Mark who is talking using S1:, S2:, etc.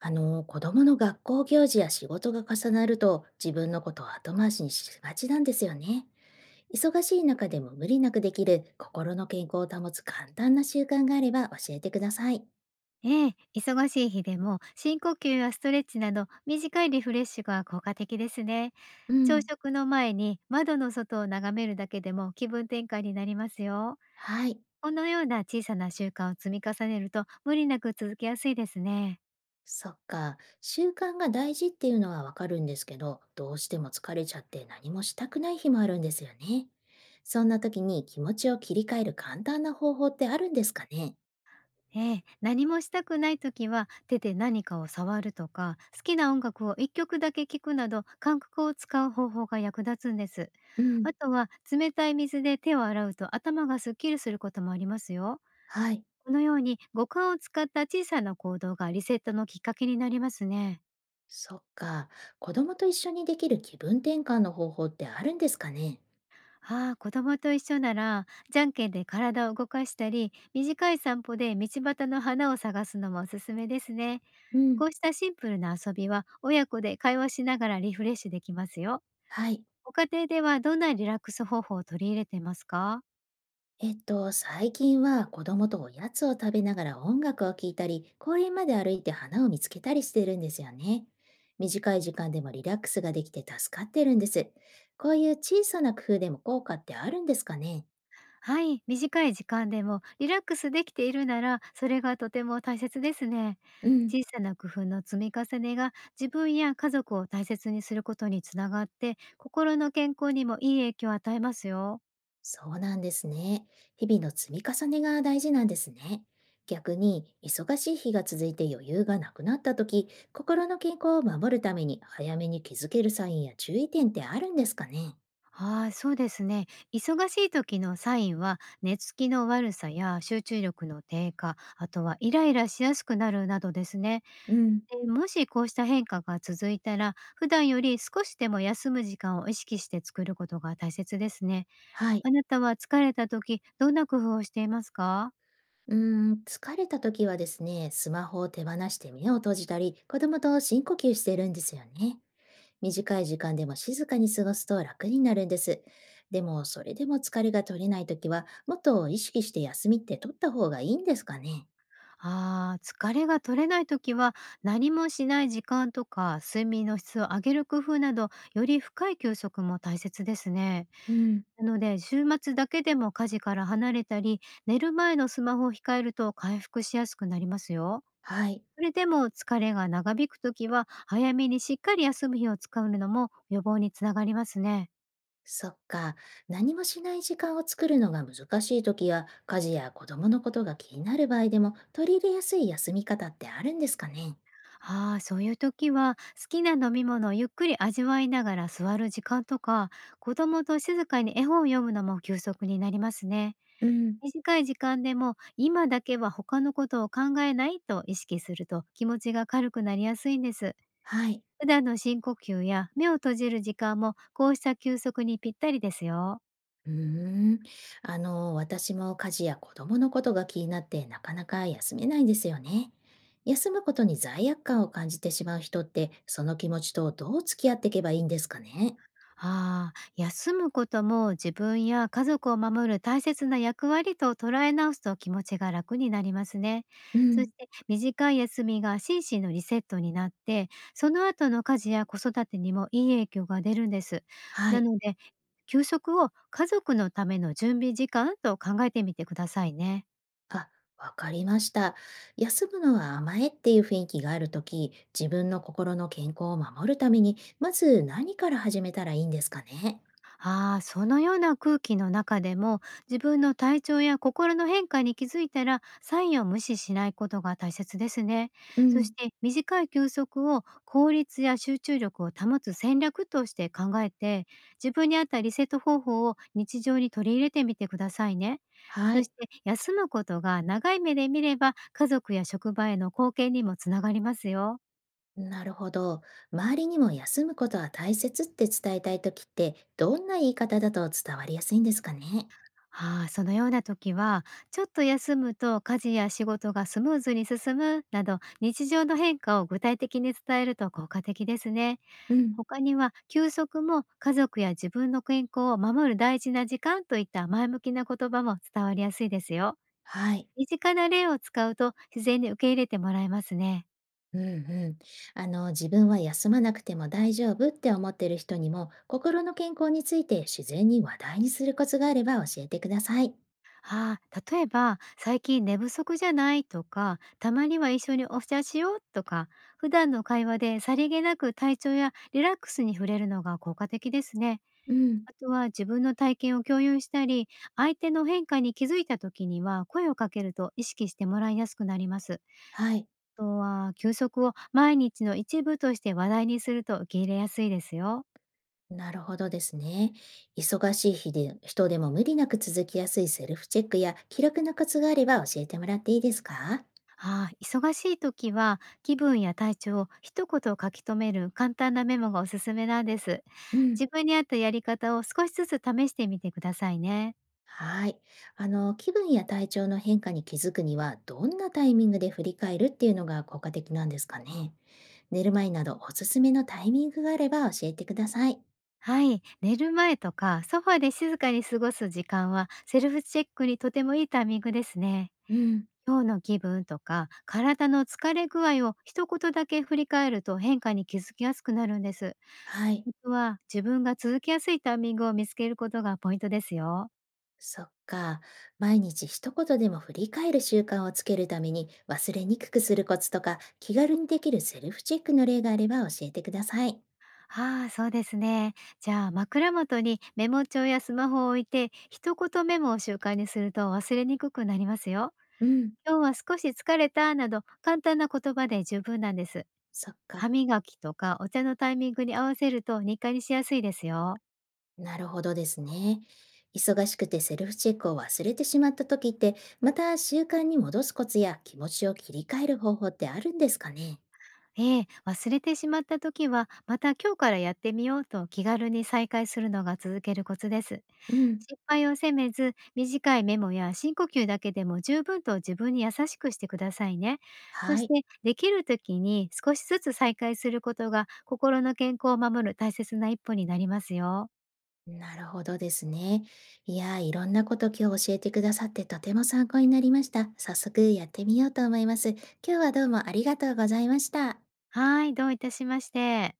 S1: 子供の学校行事や仕事が重なると自分のことを後回しにしがちなんですよね。忙しい中でも無理なくできる心の健康を保つ簡単な習慣があれば教えてください。
S2: ええ、忙しい日でも深呼吸やストレッチなど短いリフレッシュが効果的ですね。
S1: う
S2: 朝
S1: ん、
S2: 食の前に窓の外を眺めるだけでも気分転換になりますよ。
S1: はい。
S2: このような小さな習慣を積み重ねると無理なく続けやすいですね。
S1: そっか。習慣が大事っていうのはわかるんですけど、どうしても疲れちゃって何もしたくない日もあるんですよね。そんな時に気持ちを切り替える簡単な方法ってあるんですかね？
S2: ええ、何もしたくない時は手で何かを触るとか好きな音楽を一曲だけ聴くなど感覚を使う方法が役立つんです。
S1: うん。
S2: あとは冷たい水で手を洗うと頭がすっきりすることもありますよ。
S1: はい。
S2: このように五感を使った小さな行動がリセットのきっかけになりますね。
S1: そっか。子供と一緒にできる気分転換の方法ってあるんですかね？
S2: ああ、子供と一緒なら、じゃんけんで体を動かしたり、短い散歩で道端の花を探すのもおすすめですね。
S1: うん、
S2: こうしたシンプルな遊びは、親子で会話しながらリフレッシュできますよ。
S1: はい。
S2: ご家庭ではどんなリラックス方法を取り入れてますか？
S1: 最近は子供とおやつを食べながら音楽を聴いたり、公園まで歩いて花を見つけたりしてるんですよね。短い時間でもリラックスができて助かってるんです。こういう小さな工夫でも効果ってあるんですかね？
S2: はい、短い時間でもリラックスできているなら、それがとても大切ですね。
S1: うん。
S2: 小さな工夫の積み重ねが自分や家族を大切にすることにつながって、心の健康にもいい影響を与えますよ。
S1: そうなんですね。日々の積み重ねが大事なんですね。逆に、忙しい日が続いて余裕がなくなった時、心の健康を守るために早めに気づけるサインや注意点ってあるんですかね？
S2: はい、そうですね。忙しい時のサインは、寝つきの悪さや集中力の低下、あとはイライラしやすくなるなどですね。
S1: うん、
S2: でもしこうした変化が続いたら、普段より少しでも休む時間を意識して作ることが大切ですね。
S1: はい。
S2: あなたは疲れた時、どんな工夫をしていますか？
S1: うーん、疲れた時はですね、スマホを手放して目を閉じたり、子供と深呼吸してるんですよね。短い時間でも静かに過ごすと楽になるんです。でも、それでも疲れが取れない時は、もっと意識して休みって取った方がいいんですかね？
S2: あー、疲れが取れない時は、何もしない時間とか、睡眠の質を上げる工夫など、より深い休息も大切ですね。
S1: うん、
S2: なので、週末だけでも家事から離れたり、寝る前のスマホを控えると回復しやすくなりますよ。
S1: はい。
S2: それでも疲れが長引くときは、早めにしっかり休む日を使うのも予防につながりますね。
S1: そっか。何もしない時間を作るのが難しい時や、家事や子供のことが気になる場合でも、取り入れやすい休み方ってあるんですかね？
S2: ああ、そういうときは、好きな飲み物をゆっくり味わいながら座る時間とか、子供と静かに絵本を読むのも休息になりますね。
S1: うん、
S2: 短い時間でも今だけは他のことを考えないと意識すると気持ちが軽くなりやすいんです。
S1: はい。
S2: 普段の深呼吸や目を閉じる時間もこうした休息にぴったりですよ。
S1: うーん。私も家事や子供のことが気になって、なかなか休めないんですよね。休むことに罪悪感を感じてしまう人って、その気持ちとどう付き合っていけばいいんですかね？
S2: ああ、休むことも自分や家族を守る大切な役割と捉え直すと気持ちが楽になりますね。
S1: う
S2: そし
S1: ん。
S2: て、短い休みが心身のリセットになって、その後の家事や子育てにもいい影響が出るんです。
S1: は
S2: な
S1: い。
S2: ので、休息を家族のための準備時間と考えてみてくださいね。
S1: あ、わかりました。休むのは甘えっていう雰囲気があるとき、自分の心の健康を守るために、まず何から始めたらいいんですかね。
S2: ああ、そのような空気の中でも、自分の体調や心の変化に気づいたらサインを無視しないことが大切ですね。
S1: う
S2: そし
S1: ん、
S2: て、短い休息を効率や集中力を保つ戦略として考えて、自分に合ったリセット方法を日常に取り入れてみてくださいね。
S1: は
S2: そし
S1: い、
S2: て、休むことが長い目で見れば家族や職場への貢献にもつながりますよ。
S1: なるほど。周りにも休むことは大切って伝えたいときって、どんな言い方だと伝わりやすいんですかね。
S2: ああ、そのような時は、ちょっと休むと家事や仕事がスムーズに進むなど、日常の変化を具体的に伝えると効果的ですね。
S1: うん、
S2: 他には、休息も家族や自分の健康を守る大事な時間といった前向きな言葉も伝わりやすいですよ。
S1: はい。
S2: 身近な例を使うと自然に受け入れてもらえますね。
S1: うんうん。自分は休まなくても大丈夫って思ってる人にも、心の健康について自然に話題にするコツがあれば教えてください。
S2: ああ、例えば「最近寝不足じゃない？」とか「たまには一緒にお茶しよう」とか、普段の会話でさりげなく体調やリラックスに触れるのが効果的ですね。
S1: うん。
S2: あとは、自分の体験を共有したり、相手の変化に気づいた時には声をかけると意識してもらいやすくなります。
S1: はい。
S2: あとは、休息を毎日の一部として話題にすると受け入れやすいですよ。
S1: なるほどですね。忙しい日で人でも無理なく続きやすいセルフチェックや気楽なコツがあれば教えてもらっていいですか？
S2: ああ、忙しい時は気分や体調を一言書き留める簡単なメモがおすすめなんです。
S1: うん、
S2: 自分に合ったやり方を少しずつ試してみてくださいね。
S1: はい。気分や体調の変化に気づくには、どんなタイミングで振り返るっていうのが効果的なんですかね。寝る前などおすすめのタイミングがあれば教えてください。
S2: はい、寝る前とかソファで静かに過ごす時間はセルフチェックにとてもいいタイミングですね。
S1: うん、
S2: 今日の気分とか体の疲れ具合を一言だけ振り返ると変化に気づきやすくなるんです。
S1: はい。
S2: 僕は、自分が続きやすいタイミングを見つけることがポイントですよ。
S1: そっか。毎日一言でも振り返る習慣をつけるために忘れにくくするコツとか気軽にできるセルフチェックの例があれば教えてください。
S2: ああ、そうですね。じゃあ、枕元にメモ帳やスマホを置いて、一言メモを習慣にすると忘れにくくなりますよ。
S1: うん、
S2: 今日は少し疲れたなど、簡単な言葉で十分なんです。
S1: そっ
S2: 歯
S1: か。
S2: 磨きとかお茶のタイミングに合わせると日課にしやすいですよ。
S1: なるほどですね。忙しくてセルフチェックを忘れてしまった時って、また習慣に戻すコツや気持ちを切り替える方法ってあるんですかね？
S2: ええ、忘れてしまった時は、また今日からやってみようと気軽に再開するのが続けるコツです。
S1: うん、
S2: 失敗を責めず、短いメモや深呼吸だけでも十分と自分に優しくしてくださいね。そ
S1: は
S2: して、
S1: い。
S2: できる時に少しずつ再開することが、心の健康を守る大切な一歩になりますよ。
S1: なるほどですね。いやー、いろんなこと今日教えてくださってとても参考になりました。早速やってみようと思います。今日はどうもありがとうございました。
S2: はい、どういたしまして。